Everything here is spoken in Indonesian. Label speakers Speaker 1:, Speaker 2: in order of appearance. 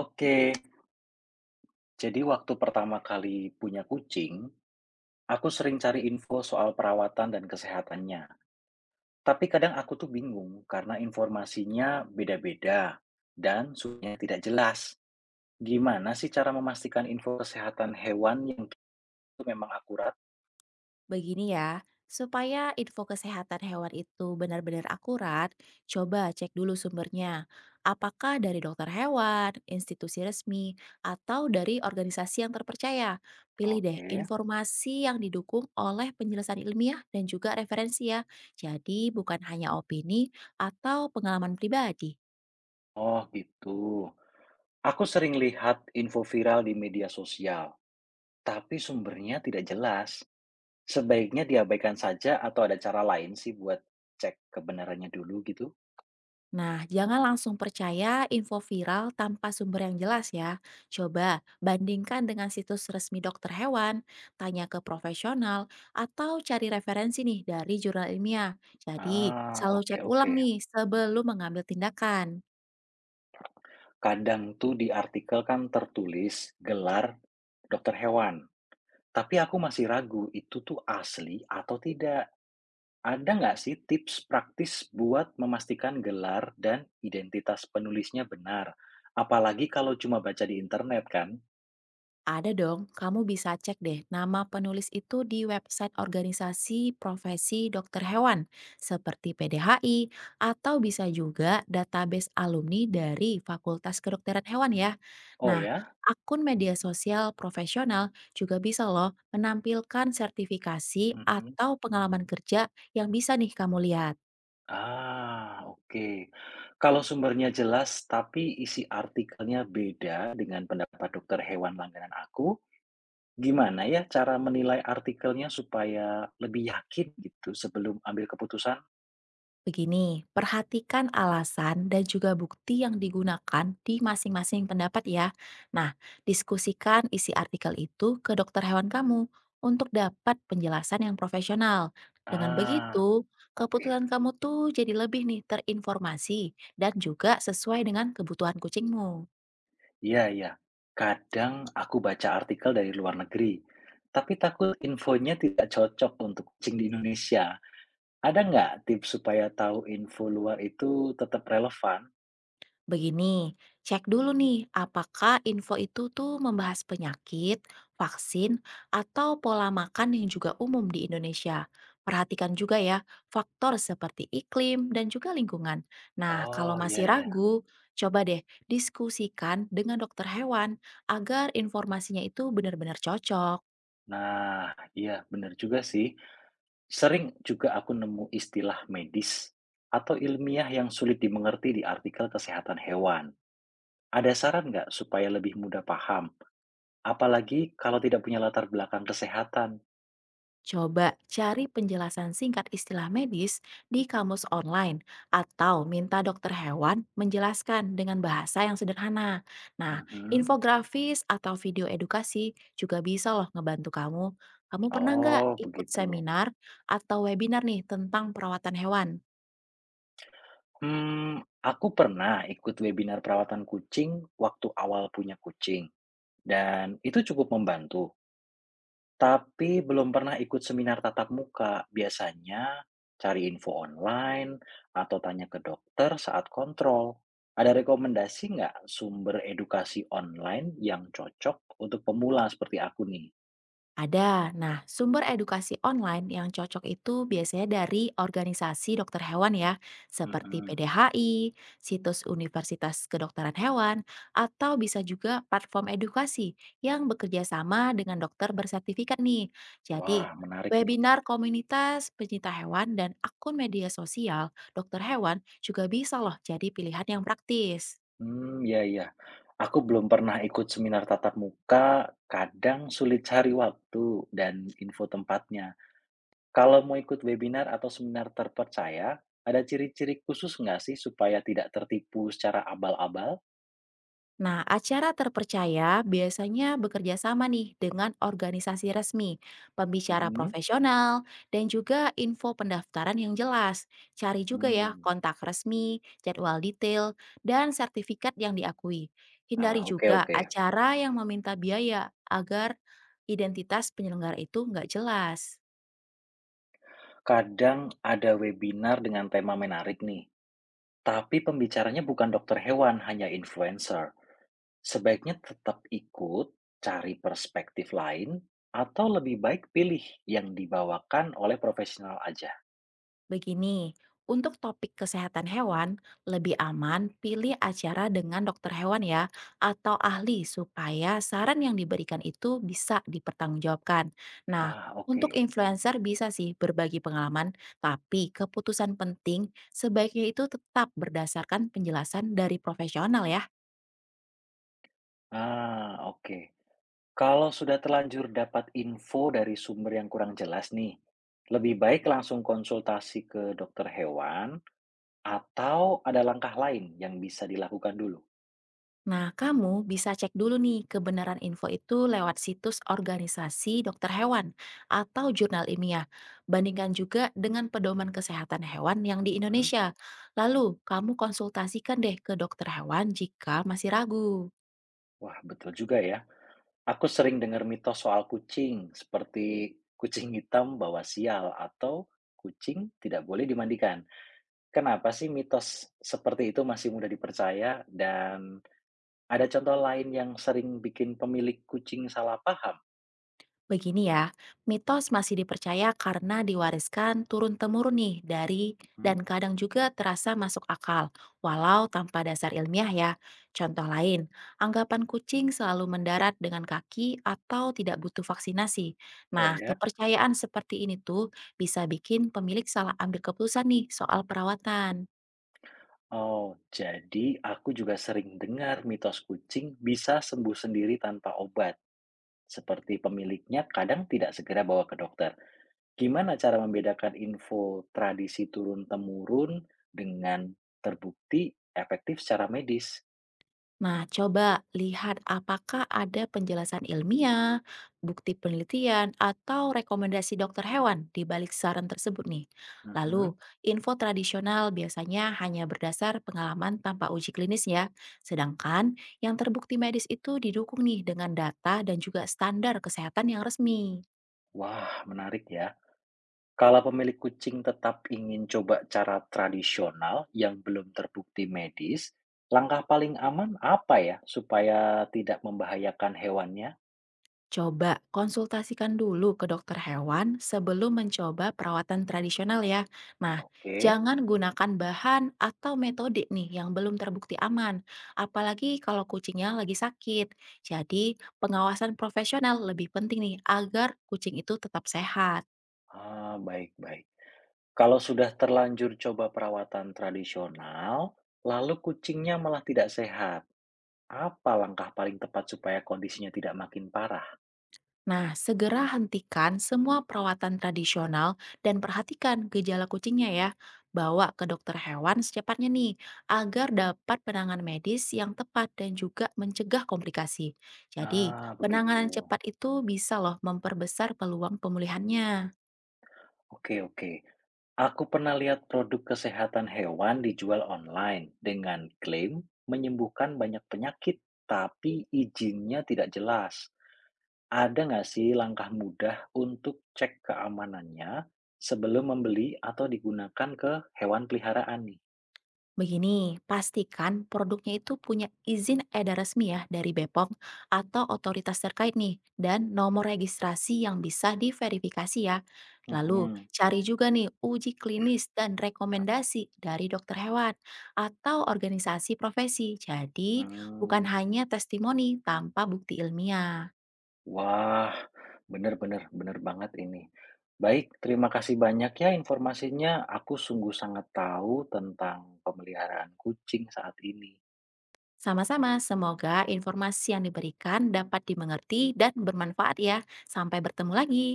Speaker 1: Oke, jadi waktu pertama kali punya kucing, aku sering cari info soal perawatan dan kesehatannya. Tapi kadang aku tuh bingung karena informasinya beda-beda dan sumbernya tidak jelas. Gimana sih cara memastikan info kesehatan hewan yang itu memang akurat?
Speaker 2: Begini ya, supaya info kesehatan hewan itu benar-benar akurat, coba cek dulu sumbernya. Apakah dari dokter hewan, institusi resmi, atau dari organisasi yang terpercaya? Pilih deh
Speaker 1: Oke.
Speaker 2: informasi yang didukung oleh penjelasan ilmiah dan juga referensi ya. Jadi bukan hanya opini atau pengalaman pribadi.
Speaker 1: Oh, gitu. Aku sering lihat info viral di media sosial, tapi sumbernya tidak jelas. Sebaiknya diabaikan saja atau ada cara lain sih buat cek kebenarannya dulu gitu?
Speaker 2: Nah, jangan langsung percaya info viral tanpa sumber yang jelas ya. Coba bandingkan dengan situs resmi dokter hewan, tanya ke profesional, atau cari referensi nih dari jurnal ilmiah. Jadi,
Speaker 1: Ah,
Speaker 2: selalu cek
Speaker 1: oke
Speaker 2: ulang
Speaker 1: oke.
Speaker 2: nih sebelum mengambil tindakan.
Speaker 1: Kadang tuh di artikel kan tertulis gelar dokter hewan, tapi aku masih ragu itu tuh asli atau tidak. Ada nggak sih tips praktis buat memastikan gelar dan identitas penulisnya benar? Apalagi kalau cuma baca di internet kan?
Speaker 2: Ada dong, kamu bisa cek deh nama penulis itu di website organisasi profesi dokter hewan seperti PDHI atau bisa juga database alumni dari Fakultas Kedokteran Hewan ya.
Speaker 1: Oh
Speaker 2: Nah,
Speaker 1: ya?
Speaker 2: akun media sosial profesional juga bisa loh menampilkan sertifikasi
Speaker 1: Mhm.
Speaker 2: atau pengalaman kerja yang bisa nih kamu lihat.
Speaker 1: Ah, oke. Kalau sumbernya jelas tapi isi artikelnya beda dengan pendapat dokter hewan langganan aku, gimana ya cara menilai artikelnya supaya lebih yakin gitu sebelum ambil keputusan?
Speaker 2: Begini, perhatikan alasan dan juga bukti yang digunakan di masing-masing pendapat ya. Nah, diskusikan isi artikel itu ke dokter hewan kamu untuk dapat penjelasan yang profesional. Dengan
Speaker 1: Ah,
Speaker 2: begitu,
Speaker 1: oke.
Speaker 2: keputusan kamu tuh jadi lebih nih terinformasi dan juga sesuai dengan kebutuhan kucingmu.
Speaker 1: Iya iya. Kadang aku baca artikel dari luar negeri, tapi takut infonya tidak cocok untuk kucing di Indonesia. Ada nggak tips supaya tahu info luar itu tetap relevan?
Speaker 2: Begini, cek dulu nih apakah info itu tuh membahas penyakit, vaksin, atau pola makan yang juga umum di Indonesia. Perhatikan juga ya faktor seperti iklim dan juga lingkungan. Nah,
Speaker 1: Oh,
Speaker 2: kalau
Speaker 1: iya
Speaker 2: masih
Speaker 1: iya.
Speaker 2: ragu, coba deh diskusikan dengan dokter hewan agar informasinya itu benar-benar cocok.
Speaker 1: Nah, iya benar juga sih. Sering juga aku nemu istilah medis atau ilmiah yang sulit dimengerti di artikel kesehatan hewan. Ada saran nggak supaya lebih mudah paham? Apalagi kalau tidak punya latar belakang kesehatan.
Speaker 2: Coba cari penjelasan singkat istilah medis di kamus online atau minta dokter hewan menjelaskan dengan bahasa yang sederhana. Nah,
Speaker 1: Mhm.
Speaker 2: infografis atau video edukasi juga bisa loh ngebantu kamu. Kamu pernah nggak
Speaker 1: Oh,
Speaker 2: ikut
Speaker 1: begitu.
Speaker 2: seminar atau webinar nih tentang perawatan hewan?
Speaker 1: Aku pernah ikut webinar perawatan kucing waktu awal punya kucing, dan itu cukup membantu. Tapi belum pernah ikut seminar tatap muka. Biasanya cari info online atau tanya ke dokter saat kontrol. Ada rekomendasi nggak sumber edukasi online yang cocok untuk pemula seperti aku nih?
Speaker 2: Ada. Nah, sumber edukasi online yang cocok itu biasanya dari organisasi dokter hewan ya, seperti
Speaker 1: Mhm.
Speaker 2: PDHI, situs Universitas Kedokteran Hewan, atau bisa juga platform edukasi yang bekerja sama dengan dokter bersertifikat nih. Jadi,
Speaker 1: Wah, menarik nih.
Speaker 2: webinar komunitas pencinta hewan dan akun media sosial dokter hewan juga bisa loh jadi pilihan yang praktis.
Speaker 1: Hmm, ya ya. Aku belum pernah ikut seminar tatap muka, kadang sulit cari waktu dan info tempatnya. Kalau mau ikut webinar atau seminar terpercaya, ada ciri-ciri khusus nggak sih supaya tidak tertipu secara abal-abal?
Speaker 2: Nah, acara terpercaya biasanya bekerja sama nih dengan organisasi resmi, pembicara
Speaker 1: Mhm.
Speaker 2: profesional, dan juga info pendaftaran yang jelas. Cari juga ya
Speaker 1: Hmm.
Speaker 2: kontak resmi, jadwal detail, dan sertifikat yang diakui. Hindari
Speaker 1: Ah, oke
Speaker 2: juga
Speaker 1: oke.
Speaker 2: acara yang meminta biaya agar identitas penyelenggara itu nggak jelas.
Speaker 1: Kadang ada webinar dengan tema menarik nih, tapi pembicaranya bukan dokter hewan, hanya influencer. Sebaiknya tetap ikut, cari perspektif lain, atau lebih baik pilih yang dibawakan oleh profesional aja?
Speaker 2: Begini, untuk topik kesehatan hewan, lebih aman pilih acara dengan dokter hewan ya, atau ahli supaya saran yang diberikan itu bisa dipertanggungjawabkan. Nah,
Speaker 1: Ah, oke.
Speaker 2: untuk influencer bisa sih berbagi pengalaman, tapi keputusan penting sebaiknya itu tetap berdasarkan penjelasan dari profesional ya.
Speaker 1: Ah, oke. Kalau sudah terlanjur dapat info dari sumber yang kurang jelas nih, lebih baik langsung konsultasi ke dokter hewan atau ada langkah lain yang bisa dilakukan dulu?
Speaker 2: Nah, kamu bisa cek dulu nih kebenaran info itu lewat situs organisasi dokter hewan atau jurnal ilmiah. Bandingkan juga dengan pedoman kesehatan hewan yang di
Speaker 1: Mhm.
Speaker 2: Indonesia. Lalu, kamu konsultasikan deh ke dokter hewan jika masih ragu.
Speaker 1: Wah, betul juga ya. Aku sering dengar mitos soal kucing, seperti kucing hitam bawa sial atau kucing tidak boleh dimandikan. Kenapa sih mitos seperti itu masih mudah dipercaya dan ada contoh lain yang sering bikin pemilik kucing salah paham?
Speaker 2: Begini ya, mitos masih dipercaya karena diwariskan turun-temurun nih dari
Speaker 1: Hmm?
Speaker 2: dan kadang juga terasa masuk akal, walau tanpa dasar ilmiah ya. Contoh lain, anggapan kucing selalu mendarat dengan kaki atau tidak butuh vaksinasi.
Speaker 1: Oh
Speaker 2: Nah,
Speaker 1: ya,
Speaker 2: kepercayaan seperti ini tuh bisa bikin pemilik salah ambil keputusan nih soal perawatan.
Speaker 1: oh jadi aku juga sering dengar mitos kucing bisa sembuh sendiri tanpa obat, seperti pemiliknya kadang tidak segera bawa ke dokter. Gimana cara membedakan info tradisi turun-temurun dengan terbukti efektif secara medis?
Speaker 2: Nah, coba lihat apakah ada penjelasan ilmiah, bukti penelitian, atau rekomendasi dokter hewan di balik saran tersebut nih. Lalu,
Speaker 1: Mhm.
Speaker 2: info tradisional biasanya hanya berdasar pengalaman tanpa uji klinis ya. Sedangkan yang terbukti medis itu didukung nih dengan data dan juga standar kesehatan yang resmi.
Speaker 1: Wah, menarik ya. Kalau pemilik kucing tetap ingin coba cara tradisional yang belum terbukti medis, langkah paling aman apa ya supaya tidak membahayakan hewannya?
Speaker 2: Coba konsultasikan dulu ke dokter hewan sebelum mencoba perawatan tradisional ya. Nah,
Speaker 1: Oke.
Speaker 2: jangan gunakan bahan atau metode nih yang belum terbukti aman, apalagi kalau kucingnya lagi sakit. Jadi, pengawasan profesional lebih penting nih agar kucing itu tetap sehat.
Speaker 1: Ah, baik-baik. Kalau sudah terlanjur coba perawatan tradisional, lalu kucingnya malah tidak sehat. Apa langkah paling tepat supaya kondisinya tidak makin parah?
Speaker 2: Nah, segera hentikan semua perawatan tradisional dan perhatikan gejala kucingnya ya. Bawa ke dokter hewan secepatnya nih, agar dapat penanganan medis yang tepat dan juga mencegah komplikasi. Jadi,
Speaker 1: Ah,
Speaker 2: penanganan
Speaker 1: begitu.
Speaker 2: cepat itu bisa loh memperbesar peluang pemulihannya.
Speaker 1: Oke, oke. Aku pernah lihat produk kesehatan hewan dijual online dengan klaim menyembuhkan banyak penyakit, tapi izinnya tidak jelas. Ada nggak sih langkah mudah untuk cek keamanannya sebelum membeli atau digunakan ke hewan peliharaan nih?
Speaker 2: Begini, pastikan produknya itu punya izin edar resmi ya dari Bepom atau otoritas terkait nih dan nomor registrasi yang bisa diverifikasi ya. Lalu,
Speaker 1: Mhm.
Speaker 2: cari juga nih uji klinis dan rekomendasi dari dokter hewan atau organisasi profesi. Jadi, bukan
Speaker 1: Hmm.
Speaker 2: hanya testimoni tanpa bukti ilmiah.
Speaker 1: Wah, benar-benar, benar banget ini. Baik, terima kasih banyak ya informasinya. Aku sungguh sangat tahu tentang pemeliharaan kucing saat ini.
Speaker 2: Sama-sama, semoga informasi yang diberikan dapat dimengerti dan bermanfaat ya. Sampai bertemu lagi.